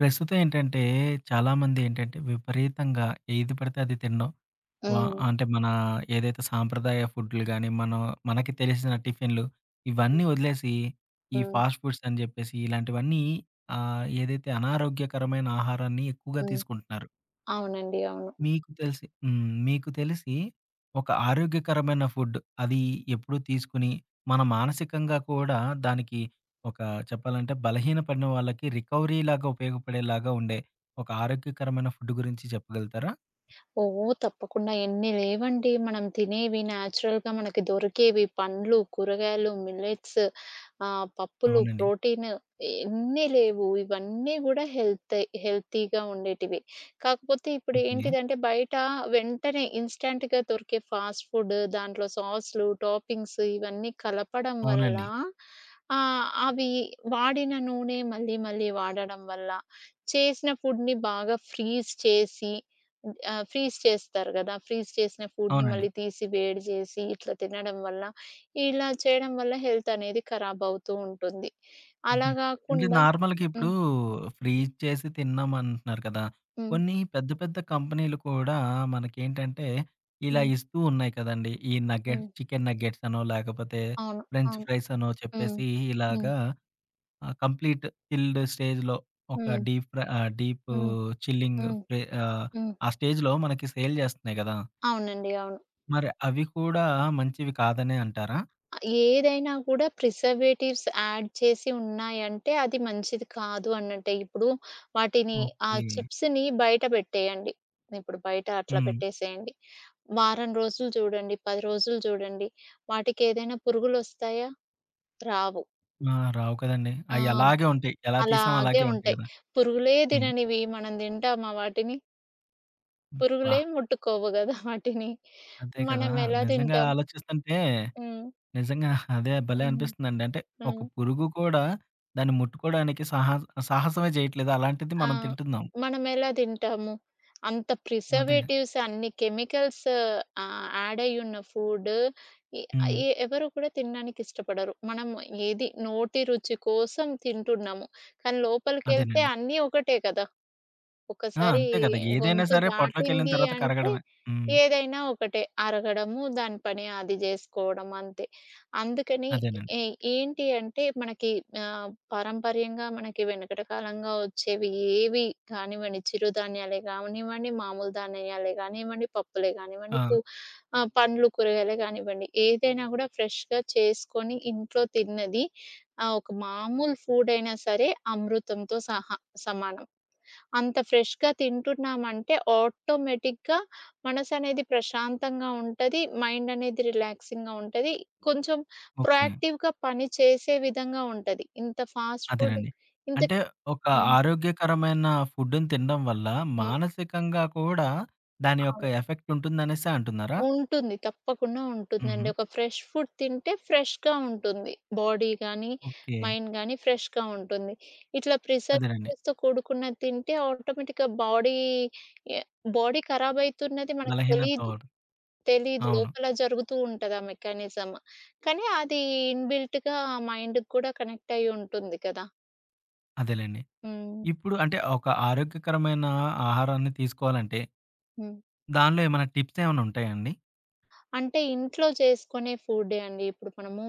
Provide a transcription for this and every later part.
ప్రస్తుతం ఏంటంటే చాలామంది ఏంటంటే విపరీతంగా ఏది పడితే అది తినడం. వ హ్మ్. అంటే మన ఏదైతే సాంప్రదాయ ఫుడ్‌లు గాని, మనం మనకి తెలిసిన టిఫిన్‌లు ఇవన్నీ వదిలేసి ఈ హ్మ్. ఫాస్ట్ ఫుడ్స్ అని జెప్పేసి ఇలాంటివన్నీ ఏదైతే అనారోగ్యకరమైన ఆహారాన్ని ఎక్కువగా హ్మ్. తీసుకుంటున్నారు. అవునండి. అవును. మీకు తెలిసి హ్మ్. మీకు తెలిసి ఒక ఆరోగ్యకరమైన ఫుడ్ అది ఎప్పుడు తీసుకొని, మన మానసికంగా కూడా దానికి ఒక చెప్పాలంటే బలహీనపడిన వాళ్ళకి రికవరీలాగా ఉపయోగపడేలాగా ఉండే ఒక ఆరోగ్యకరమైన ఫుడ్ గురించి చెప్పగలుగుతారా? ఓహ్! తప్పకుండా ఎన్ని లేవండి. మనం తినేవి నేచురల్‌గా మనకి దొరికేవి పండ్లు, కూరగాయలు, మిల్లెట్స్, పప్పులు, అవునండి. ప్రోటీన్, ఎన్ని లేవు. ఇవన్నీ గూడా హెల్తీగా ఉండేటివి. కాకపోతే ఇప్పుడు ఓకే. ఏంటిదంటే బయట వెంటనే ఇన్‌స్టాంట్‌గా దొరికే ఫాస్ట్ ఫుడ్ దాంట్లో సాస్‌లు, టాపింగ్స్ ఇవన్నీ కలపడం వల్ల, అవునండి. అవి వాడిన నూనె మళ్ళీ మళ్ళీ వాడడం వల్ల, చేసిన ఫుడ్‌ని బాగా ఫ్రీజ్ చేసి, ఫ్రీజ్ చేస్తారు గదా! ఫ్రీజ్ చేసిన ఫుడ్‌ని అవునండి. మళ్ళీ తీసి వేడి చేసి ఇట్లా తినడం వల్ల, ఇలా చేయడం వల్ల హెల్త్ అనేది ఖరాబ్ అవుతూ ఉంటుంది. హుహు. అలా అంటే గాకుండా. నార్మల్‌గా ఇప్పుడు హ్మ్. ఫ్రీజ్ చేసి తిన్నాం అంటున్నారు కదా! హ్మ్. కొన్ని పెద్ద పెద్ద కంపెనీలు కూడా మనకేంటంటే ఇలా హ్మ్. ఇస్తూ ఉన్నాయి కదండీ. ఈ హ్మ్. చికెన్ నగ్గెట్స్ అనో లేకపోతే అవును. ఫ్రెంచ్ అవును. ఫ్రైస్ అనో హ్మ్. చెప్పేసి హ్మ్. ఇలాగా కంప్లీట్ చిల్డ్ స్టేజ్‌లో ఒక హ్మ్. డీప్ హ్మ్. చిల్లింగ్ హ్మ్. ఫ్రే, హ్మ్. ఆ స్టేజ్‌లో మనకి సేల్ చేస్తున్నాయి కదా! అవునండి. అవును. మరి అవి కూడా మంచివి కాదనే అంటారా? ఏదైనా కూడా ప్రిజర్వేటివ్స్ యాడ్ చేసి ఉన్నాయంటే అది మంచిది కాదు అన్నట్టే. ఇప్పుడు వాటిని, ఆ ఓకే. చిప్స్‌ని బయట పెట్టేయండి. ఇప్పుడు బయట అట్లా హ్మ్. పెట్టేసేయండి. వారం రోజులు చూడండి, 10 రోజులు చూడండి. వాటికేదైనా పురుగులొస్తాయా? రావు. ఆ! రావు కదండీ. ఆ! అయి అలాగే ఉంటాయి. ఎలా తీసామో అలాగే అలాగే ఉంటాయి ఉంటాయి. గదా! పురుగులే హ్మ్. తిననివి మనం తింటామా వాటిని? అబ్బా! పురుగులే ముట్టుకోవు గదా వాటిని. అదే కదా! మనమెలా నిజంగా తింటాం? ఆలోచిస్తుంటే హ్మ్. నిజంగా అదే భలే హ్మ్. అనిపిస్తుందండి. అంటే ఒక హ్మ్. పురుగు కూడా దాన్ని ముట్టుకోవడానికి సాహసమే చేయట్లేదు. అలాంటిది ఆ! మనం తింటున్నాం. మనమెలా తింటాము? అంత అదే. ప్రిజర్వేటివ్స్, అన్ని కెమికల్స్ యాడ్ అయ్యున్న ఫుడ్ ఎ హ్మ్. ఎ ఎవరు కూడా తినడానికి ఇష్టపడరు. మనం ఏది నోటి రుచి కోసం తింటున్నాము. కానీ లోపలికెళ్తే అదేనండి. అన్నీ ఒకటే కదా! ఆ! ఒక్కసారి అంతే కదా! ఏదైనా గొంతు సరే పొట్లోకెళ్ళిన దాటింది తర్వాత అంటే, కరగడమే. హ్మ్. ఏదైనా ఒకటే అరగడము, దాని పని అది జేసుకోవడం అంతే. అందుకని అదేనండి. ఏ ఏంటి అంటే మనకి పారంపర్యంగా మనకి వెనకట కాలంగా వచ్చేవి, ఏవి కానివ్వండి, చిరుధాన్యాలే గానివ్వండి, మామూలు ధాన్యాలే గానివ్వండి, పప్పులే ఆ! గానివ్వండి, పండ్లు, కూరగాయలే గానివ్వండి, ఏదైనా గూడా ఫ్రెష్‌గా చేసుకొని ఇంట్లో తిన్నది, ఒక మామూలు ఫుడ్ అయినా సరే అమృతంతో సహా సమానం. అంత ఫ్రెష్‌గా తింటున్నామంటే ఆటోమేటిక్‌గా మనసనేది ప్రశాంతంగా ఉంటది. మైండ్ అనేది రిలాక్సింగ్‌గా ఉంటది. కొంచెం ఓకే. ప్రొయాక్టివ్‌గా పని చేసే విధంగా ఉంటది. ఇంత ఫాస్ట్ ఫుడ్, అదేనండి. ఇంత. అంటే ఒక హ్మ్. ఆరోగ్యకరమైన ఫుడ్‌ని తినడం వల్ల హ్మ్. మానసికంగా కూడా దాని యొక్క అవును. ఎఫెక్ట్ ఉంటుందనేసే అంటున్నారా? ఉంటుంది. తప్పకుండా హుహు. ఉంటుందండి. ఒక ఫ్రెష్ ఫుడ్ తింటే ఫ్రెష్‌గా ఉంటుంది. బాడీ గానీ, ఓకే. మైండ్ గానీ ఫ్రెష్‌గా ఉంటుంది. ఇట్లా అదేనండి. ప్రిజర్వేటివ్స్‌తో కూడుకున్నది తింటే ఆటోమేటిక్‌గా ఎ బాడీ ఖరాబ్ అయితున్నది మనకు బలహీనత తెలీదు. అవ్వడం. తెలీదు. అవును. లోపల జరుగుతూ ఉంటది ఆ మెకానిజం. కానీ అది ఇన్‌బిల్ట్‌గా మైండ్‌కి కూడా కనెక్ట్ అయ్యి ఉంటుంది కదా! అదేలెండి. హ్మ్. ఇప్పుడు అంటే ఒక ఆరోగ్యకరమైన ఆహారాన్ని తీసుకోవాలంటే హ్మ్. దానిలో ఏమైనా టిప్స్ ఏమైనా ఉంటాయా అండి? అంటే ఇంట్లో చేసుకునే ఫుడ్డే అండి. ఇప్పుడు మనము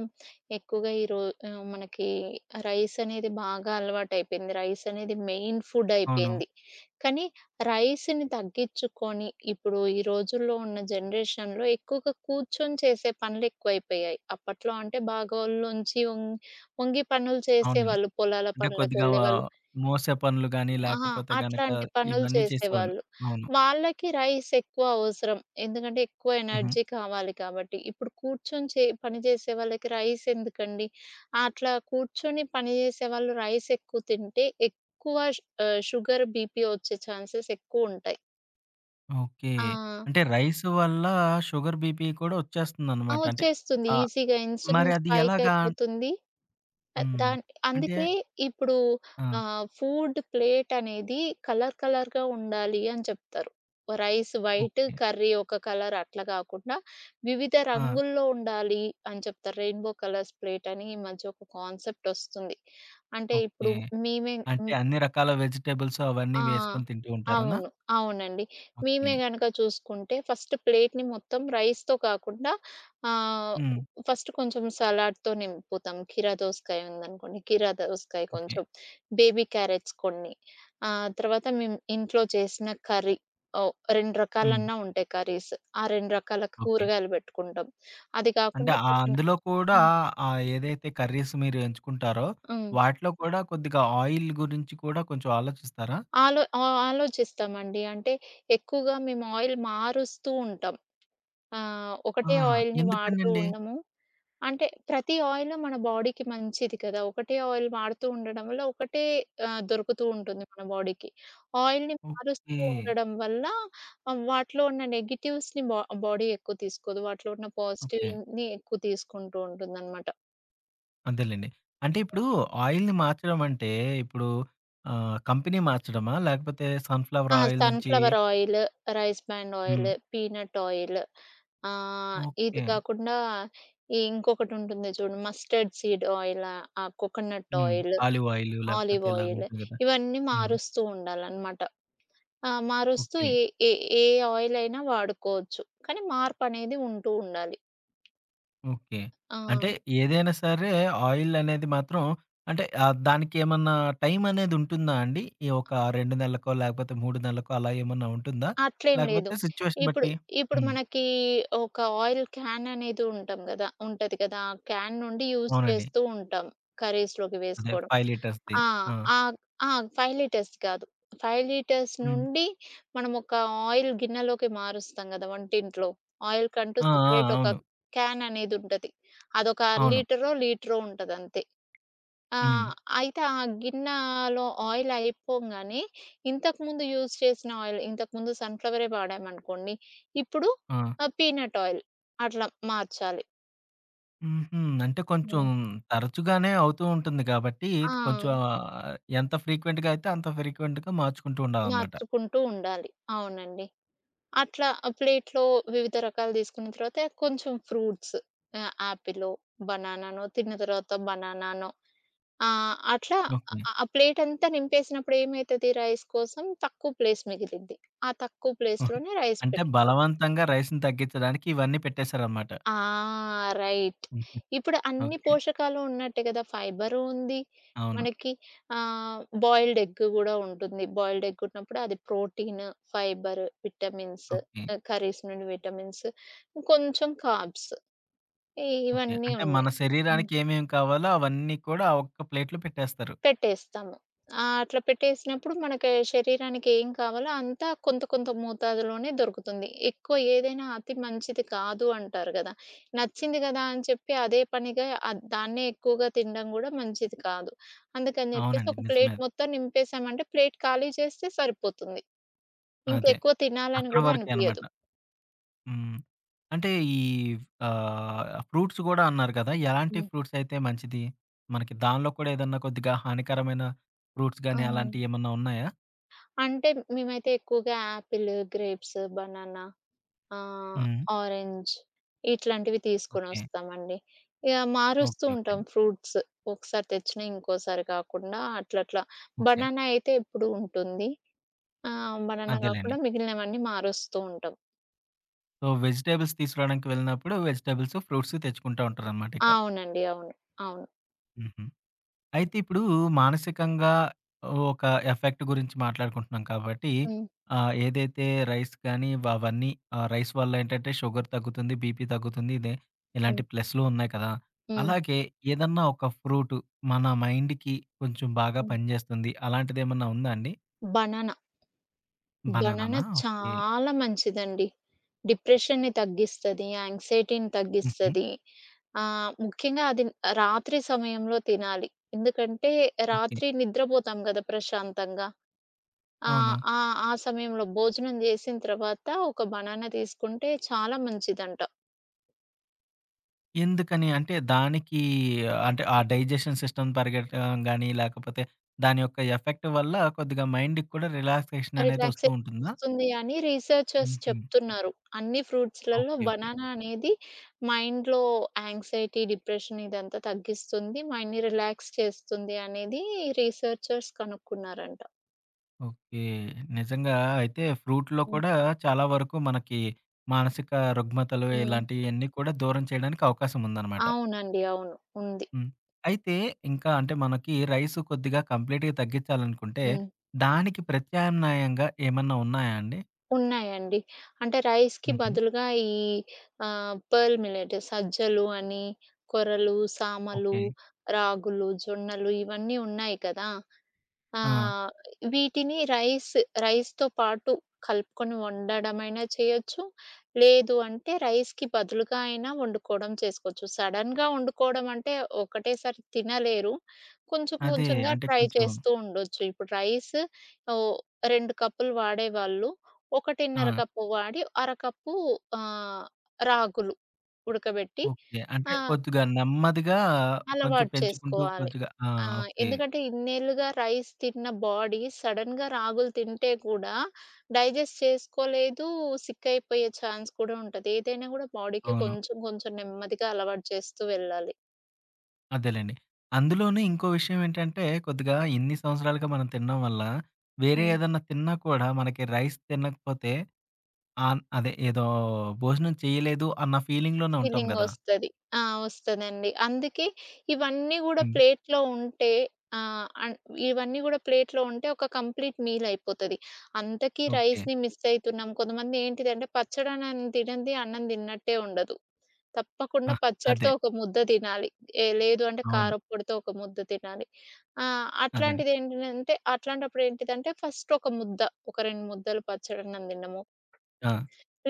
ఎక్కువగా మనకి రైస్ అనేది బాగా అలవాటయిపోయింది. రైస్ అనేది మెయిన్ ఫుడ్ అవును. అయిపోయింది. కానీ రైస్‌ని తగ్గించుకొని, ఇప్పుడు ఈ రోజుల్లో ఉన్న జనరేషన్‌లో ఎక్కువగా కూర్చొని చేసే పనులెక్కువైపోయాయి. అప్పట్లో అంటే బాగా ఒళ్ళొంచి ఒం వంగి పనులు అవునండి. చేసేవాళ్ళు. పొలాల అంటే కొద్దిగా పనులకెళ్ళేవాళ్ళు. మోసే పనులు గాని ఆహా! లేకపోతే గనక అట్లాంటి పనులు ఇవన్నీ చేసేవాళ్ళు. చేసేవాళ్ళు. అవును. వాళ్ళకి రైస్ ఎక్కువ అవసరం. ఎందుకంటే, ఎక్కువ హుహు. ఎనర్జీ కావాలి కాబట్టి. ఇప్పుడు కూర్చొని పని చేసే వాళ్ళకి రైస్ ఎందుకండి? అట్లా కూర్చొని పని చేసేవాళ్ళు రైస్ ఎక్కువ తింటే ఎక్కువ షుగర్, బీపీ వచ్చే ఛాన్సెస్ ఎక్కువుంటాయి. ఓకే. ఆ! అంటే రైస్ వల్ల షుగర్, బీపీ కూడా ఆ! వచ్చేస్తుందనమాట. అంటే వచ్చేస్తుంది. ఆహ్, ఈజీగా మరి ఇన్సులిన్ అది స్పైక్ ఎలాగా? అయిపోతుంది. ఆహ్, హ్మ్. దాన్ అంటే అందుకే ఇప్పుడు ఆ! ఫుడ్ ప్లేట్ అనేది కలర్ కలర్‌గా ఉండాలి అని చెప్తారు. Rice white, okay. కర్రీ ఒక కలర్, అట్లా కాకుండా వివిధ ఆ! రంగుల్లో ఉండాలి అని చెప్తారు. రెయిన్‌బో కలర్స్ ప్లేట్ అని ఈ మధ్య ఒక కాన్సెప్ట్ ఒస్తుంది. అంటే ఓకే. ఇప్పుడు మేమే. అంటే అన్ని రకాల వెజిటబుల్స్ అవన్నీ ఆ! వేసుకొని తింటూ ఉంటారనా? అవును. అవునండి. ఓకే. మేమే గనక చూసుకుంటే ఫస్ట్ ప్లేట్‌ని మొత్తం రైస్‌తో కాకుండా, ఆహ్, హ్మ్. ఫస్ట్ కొంచెం సలాడ్‌తో నింపుతాం. కీరా దోసకాయ ఉందనుకోండి, కీరా దోసకాయ ఓకే. కొంచెం, బేబీ క్యారెట్స్ కొన్ని. తర్వాత మేము ఇంట్లో చేసిన కర్రీ, ఓహ్, 2 హ్మ్. రకాలన్నా ఉంటాయి కర్రీస్. ఆ 2 రకాల ఓకే. కూరగాయలు పెట్టుకుంటాం. అది అంటే కాకుండా పక్కన. అందులో కూడా హ్మ్. ఏదైతే కర్రీస్ మీరు ఎంచుకుంటారో, హ్మ్. వాటిలో కూడా కొద్దిగా ఆయిల్ గురించి కూడా కొంచెం ఆలోచిస్తారా? ఆలోచిస్తామండి. అంటే ఎక్కువగా మేము ఆయిల్ మారుస్తూ ఉంటాం. ఒకటే ఆహా! ఆయిల్‌ని వాడుతూ ఎందుకనండి? ఉండము. అంటే ప్రతి ఆయిలు మన బాడీకి మంచిది కదా! ఒకటే ఆయిల్ వాడుతూ ఉండడం వల్ల ఒకటే దొరుకుతూ ఉంటుంది మన బాడీకి. ఆయిల్‌ని ఓకే. మారుస్తూ ఉండడం వల్ల వాటిలో ఉన్న నెగెటివ్స్‌ని బాడీ ఎక్కువ తీసుకోదు. వాటిలో ఉన్న ఓకే. పాజిటివ్‌ని ఎక్కువ తీసుకుంటూ ఉంటుందనమాట. అంతేలెండి. అంటే ఇప్పుడు ఆయిల్‌ని మార్చడం అంటే ఇప్పుడు కంపెనీ మార్చడమా? లేకపోతే సన్‌ఫ్లవర్ ఆ! ఆయిల్ నుంచి sunflower oil, rice bran hmm. Oil, peanut oil, ఇది ఓకే. కాకుండా ఈ ఇంకొకటి ఉంటుంది చూడు, mustard seed oil, ah coconut hmm. Oil. Olive oil లేకపోతే ఆలివ్ ఇలాగ ఆయిల్, ఉంటుంది గదా! ఇవన్నీ హ్మ్. మారుస్తూ ఉండాలనమాట. ఆ! మారుస్తూ ఓకే. ఏ ఏ ఏ ఆయిలైనా వాడుకోవచ్చు. కానీ మార్పనేది ఉంటూ ఉండాలి. ఓకే. ఆ! అంటే ఏదైనా సరే ఆయిల్ అనేది మాత్రం అంటే దానికేమన్నా టైం అనేది ఉంటుందా అండి? ఈ ఒక 2 నెలలకో లేకపోతే 3 నెలలకో అలా ఏమన్నా ఉంటుందా? అట్లేం లేదు. లేకపోతే సిట్యుయేషన్ ఇప్పుడు, బట్టి ఇప్పుడు హ్మ్. మనకి ఒక ఆయిల్ క్యాన్ అనేది ఉంటాం గదా! ఉంటది కదా! ఆ క్యాన్ నుండి యూజ్ అవునండి. చేస్తూ ఉంటాం. కర్రీస్‌లోకి అదే వేసుకోవడం. 5 లీటర్స్‌ది. ఆ! ఆ! ఆహ్, ఆ! 5 లీటర్స్ కాదు. 5 లీటర్స్ హ్మ్. నుండి మనం ఒక ఆయిల్ గిన్నెలోకి మారుస్తాం గదా! వంటింట్లో. ఆయిల్‌కంటూ ఆ! ఆ! సెపరేట్ ఒక అవును. క్యాన్ అనేది ఉంటది. అదొక అర అవును. లీటరో, లీటరో ఉంటదంతే. ఆ! హ్మ్. అయితే ఆ గిన్నెలో ఆయిల్ అయిపోంగానే, ఇంతకుముందు యూజ్ చేసిన ఆయిల్ ఇంతకుముందు సన్‌ఫ్లవరే వాడామనుకోండి, ఇప్పుడు ఆ! పీనట్ ఆయిల్, అట్లా మార్చాలి. హుహు. అంటే కొంచెం హ్మ్. తరచుగానే అవుతూ ఉంటుంది కాబట్టి, ఆ! కొంచెం ఎంత ఫ్రీక్వెంట్‌గా అయితే అంత ఫ్రీక్వెంట్‌గా మార్చుకుంటూ ఉండాలనమాట. మార్చుకుంటూ ఉండాలి. అవునండి. అట్లా ఆ ప్లేట్‌లో వివిధ రకాలు తీసుకున్న తర్వాత కొంచెం ఫ్రూట్స్, యాపిలో, బనానానో తిన్న తర్వాత బనానానో, ఆహ్, అట్లా ఓకే. ఆ ప్లేట్ అంతా నింపేసినప్పుడు ఏమైతది, రైస్ కోసం తక్కువ ప్లేస్ మిగిలిద్ది. ఆ తక్కువ ప్లేస్‌లోనే రైస్ అంటే పెట్టుకోవాలి. బలవంతంగా రైస్‌ని తగ్గించడానికి ఇవన్నీ పెట్టేసారనమాట. ఆ! రైట్. ఇప్పుడు అన్ని ఓకే. పోషకాలు ఉన్నట్టే కదా! ఫైబరు ఉంది. అవును. మనకి బాయిల్డ్ ఎగ్ గూడా ఉంటుంది. బాయిల్డ్ ఎగ్ ఉన్నప్పుడు అది protein, fibre, vitamins, okay. Curries నుండి విటమిన్స్, కొంచెం కార్బ్స్, ఓకే. ఇవన్నీ అంటే మన ఉన్నాయి. శరీరానికి ఏమేమి కావాలో అవన్నీ కూడా ఆ ఒక్క ప్లేట్‌లో పెట్టేస్తారు. పెట్టేస్తాము. అట్లా పెట్టేసినప్పుడు మనకి శరీరానికి ఏం కావాలో అంతా కొంత కొంత మోతాదులోనే దొరుకుతుంది. ఎక్కువ ఏదైనా అతి మంచిది కాదు అంటారు గదా! నచ్చింది గదా అని చెప్పి అదే పనిగా దాన్నే ఎక్కువగా తినడం గూడా మంచిది కాదు. అందుకని జెప్పేసి అవునండి. ఒక నిజమే ప్లేట్ అది. మొత్తం నింపేసామంటే ప్లేట్ ఖాళీ చేస్తే సరిపోతుంది. అదే. ఇంకెక్కువ తినాలని అక్కడి గూడా వరకే అనమాట. అనిపియదు. హ్మ్. అంటే ఈ ఆహ్, ఫ్రూట్స్ గూడా అన్నారు కదా! ఎలాంటి హ్మ్. ఫ్రూట్స్ అయితే మంచిది? మనకి దానిలో కూడా ఏదన్నా కొద్దిగా హానికరమైన ఫ్రూట్స్ ఆ! గాని అలాంటియి ఏమన్నా ఉన్నాయా? అంటే మేమైతే ఎక్కువగా యాపిల్, గ్రేప్స్, బనానా, ఆ! హ్మ్. ఆరెంజ్, ఇట్లాంటివి ఓకే. తీసుకొనొస్తామండి. ఇగ ఓకే. మారుస్తూ ఓకే ఉంటాం అండి. ఫ్రూట్స్. ఒకసారి తెచ్చినా ఇంకోసారి కాకుండా అట్లట్లా. ఓకే. బనానా అయితే ఎప్పుడూ ఉంటుంది. బనానా అదేలెండి. కాకుండా మిగిలినవన్నీ మారుస్తూ ఉంటాం. సో, వెజిటబుల్స్ తీసుకురావడానికి వెళ్ళినప్పుడు వెజిటబుల్స్, ఫ్రూట్స్ తెచ్చుకుంటా ఉంటారనమాట ఇక. ఆ! అవునండి. అవును. అవును. హుహు. అయితే ఇప్పుడు మానసికంగా ఒక ఎఫెక్ట్ గురించి మాట్లాడుకుంటున్నాం కాబట్టి, హ్మ్. ఏదైతే రైస్ కానీ అవన్నీ రైస్ వల్ల ఏంటంటే షుగర్ తగ్గుతుంది, బీపీ తగ్గుతుంది. ఇదే హ్మ్. ఇలాంటి ప్లస్‌లు ఉన్నాయి కదా! హ్మ్. అలాగే ఏదన్నా ఒక ఫ్రూటు మన మైండ్‌కి కొంచెం బాగా హ్మ్. పనిజేస్తుంది. అలాంటిదేమన్నా ఉందా అండి? బనానా. బనానా బనానానా? ఓకే. చాలా మంచిదండి. డిప్రెషన్‌ని తగ్గిస్తది. యాంక్సైటీని హుహు. తగ్గిస్తది. ముఖ్యంగా అది రాత్రి సమయంలో తినాలి. ఎందుకంటే ఓకే. రాత్రి నిద్రపోతాం గదా! ప్రశాంతంగా. ఆ! అవును. ఆ! ఆ సమయంలో భోజనం జేసిన తర్వాత ఒక బనానా తీసుకుంటే చాలా మంచిదంట. ఎందుకని? అంటే దానికి అంటే ఆ డైజెషన్ సిస్టమ్ పరిగెట్టడం గాని, లేకపోతే దాని యొక్క ఎఫెక్ట్ వల్ల కొద్దిగా మైండ్‌కి కూడా రిలాక్సేషన్ అనేది వస్తూ రిలాక్సేషన్ ఉంటుందా? వస్తుంది అని రీసెర్చర్స్ హుహు. చెప్తున్నారు. అన్ని ఫ్రూట్స్‌లలో ఓకే. ఓకే. బనానా అనేది మైండ్‌లో యాంగ్జైటీ, డిప్రెషన్ ఇదంతా తగ్గిస్తుంది. మైండ్‌ని రిలాక్స్ చేస్తుంది అనేది రీసెర్చర్స్ కనుక్కున్నారంట. ఓకే. నిజంగా అయితే ఫ్రూట్‌లో హ్మ్. కూడా చాలా వరకు మనకి మానసిక రుగ్మతలు హ్మ్. ఇలాంటియన్నీ కూడా దూరం చేయడానికి అవకాశం ఉందనమాట. అవునండి. అవును. ఉంది. హ్మ్. అయితే ఇంకా అంటే మనకి రైస్ కొద్దిగా కంప్లీట్‌గా తగ్గించాలనుకుంటే, హ్మ్. దానికి ప్రత్యామ్నాయంగా ఏమన్నా ఉన్నాయా అండి? ఉన్నాయండి. అంటే రైస్‌కి హుహు. బదులుగా ఈ పర్ల్ మిల్లెట్ సజ్జలు అని, కొర్రలు, సామలు, ఓకే. రాగులు, జొన్నలు ఇవన్నీ ఉన్నాయి కదా! ఆ! ఆహ్, వీటిని రైస్‌తో పాటు కలుపుకొని వండడమైనా చేయొచ్చు. లేదు అంటే రైస్‌కి బదులుగా అయినా వండుకోవడం చేసుకోవచ్చు. సడెన్‌గా వండుకోవడం అంటే ఒకటేసారి తినలేరు. కొంచెం అదే. కొంచెంగా అంటే ట్రై కొంచెం చేస్తూ ఉండొచ్చు. ఇప్పుడు రైస్ ఓ 2 కప్పులు వాడేవాళ్ళు 1.5 ఆ! కప్పు వాడి, అరకప్పు ఆహ్, రాగులు ఉడకబెట్టి, ఓకే. అంటే ఆహ్, కొద్దిగా నెమ్మదిగా కొంచెం అలవాటు పెంచుకుంటూ చేసుకోవాలి. కొద్దిగా ఆ! ఆ! ఓకే. ఎందుకంటే ఇన్నేళ్లుగా రైస్ తిన్న బాడీ సడెన్‌గా రాగులు తింటే కూడా డైజెస్ట్ చేసుకోలేదు. సిక్ అయిపోయే ఛాన్స్ కూడా ఉంటది. ఏదైనా కూడా బాడీకి అవును. కొంచెం కొంచెం నెమ్మదిగా అలవాటు చేస్తూ వెళ్ళాలి. అదేలెండి. అందులోను ఇంకో విషయం ఏంటంటే, కొద్దిగా ఇన్ని సంవత్సరాలుగా మనం తినడం వల్ల, వేరే హ్మ్. ఏదన్నా తిన్నా కూడా మనకి రైస్ తినకపోతే అదే ఏదో భోజనం చేయలేదు అన్న ఫీలింగ్‌లోనే ఉంటాం గదా! ఫీలింగొస్తది. ఆ! వస్తదండి. అందుకే ఇవన్నీ గూడా హ్మ్. ప్లేట్‌లో ఉంటే ఆహ్, అన్ ఇవన్నీ గూడా ప్లేట్‌లో ఉంటే ఒక కంప్లీట్ మీల్ అయిపోతది. అంతకి ఓకే. రైస్‌ని మిస్ అయితున్నాం. కొంతమంది ఏంటిదంటే పచ్చడన్నం తినంది అన్నం తిన్నట్టే ఉండదు. ఆ! తప్పకుండా పచ్చడితో అదే. ఒక ముద్ద తినాలి. ఏ లేదు అంటే అవును. కారప్పొడితో ఒక ముద్ద తినాలి. ఆ! అదే. అట్లాంటిదేంటిదంటే అట్లాంటప్పుడు ఏంటిదంటే ఫస్ట్ ఒక ముద్ద, ఒక 2 ముద్దలు పచ్చడన్నం తిన్నము. ఆ!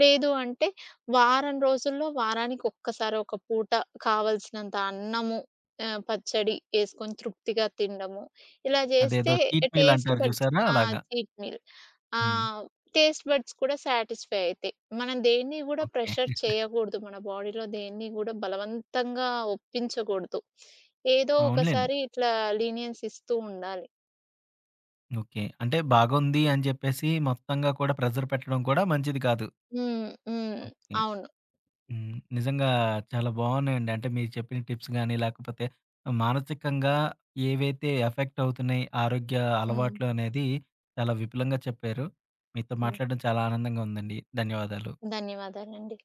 లేదు అంటే, వారం రోజుల్లో వారానికొక్కసారి ఒక పూట కావాల్సినంత అన్నము, పచ్చడి యేసుకొని తృప్తిగా తినడము. ఇలా అదేదో జేస్తే చీట్ మీల్ టేస్ట్ అంటారు బడ్స్. చూసారా? ఆ! అలాగా. Cheat meal. Hmm. Ah, taste buds కూడా సాటిస్ఫై అయితాయి. మనం దేన్ని గూడా ప్రెషర్ ఓకే. చేయకూడదు. మన బాడీలో దేన్ని గూడా బలవంతంగా ఒప్పించకూడదు. ఏదో అవునులెండి. ఒకసారి ఇట్లా లీనియన్స్ ఇస్తూ ఉండాలి. ఓకే. అంటే బాగుంది అని చెప్పేసి మొత్తంగా కూడా ప్రెషర్ పెట్టడం కూడా మంచిది కాదు. హ్మ్. హ్మ్. ఓకే. అవును. హ్మ్. నిజంగా చాలా బాగున్నాయండి. అంటే మీరు చెప్పిన టిప్స్ గాని, లేకపోతే మానసికంగా ఏవైతే ఎఫెక్ట్ అవుతున్నాయి ఆరోగ్య హ్మ్. అలవాట్లు అనేది చాలా విపులంగా చెప్పారు. మీతో హ్మ్. మాట్లాడడం చాలా ఆనందంగా ఉందండి. ధన్యవాదాలు. ధన్యవాదాలండి.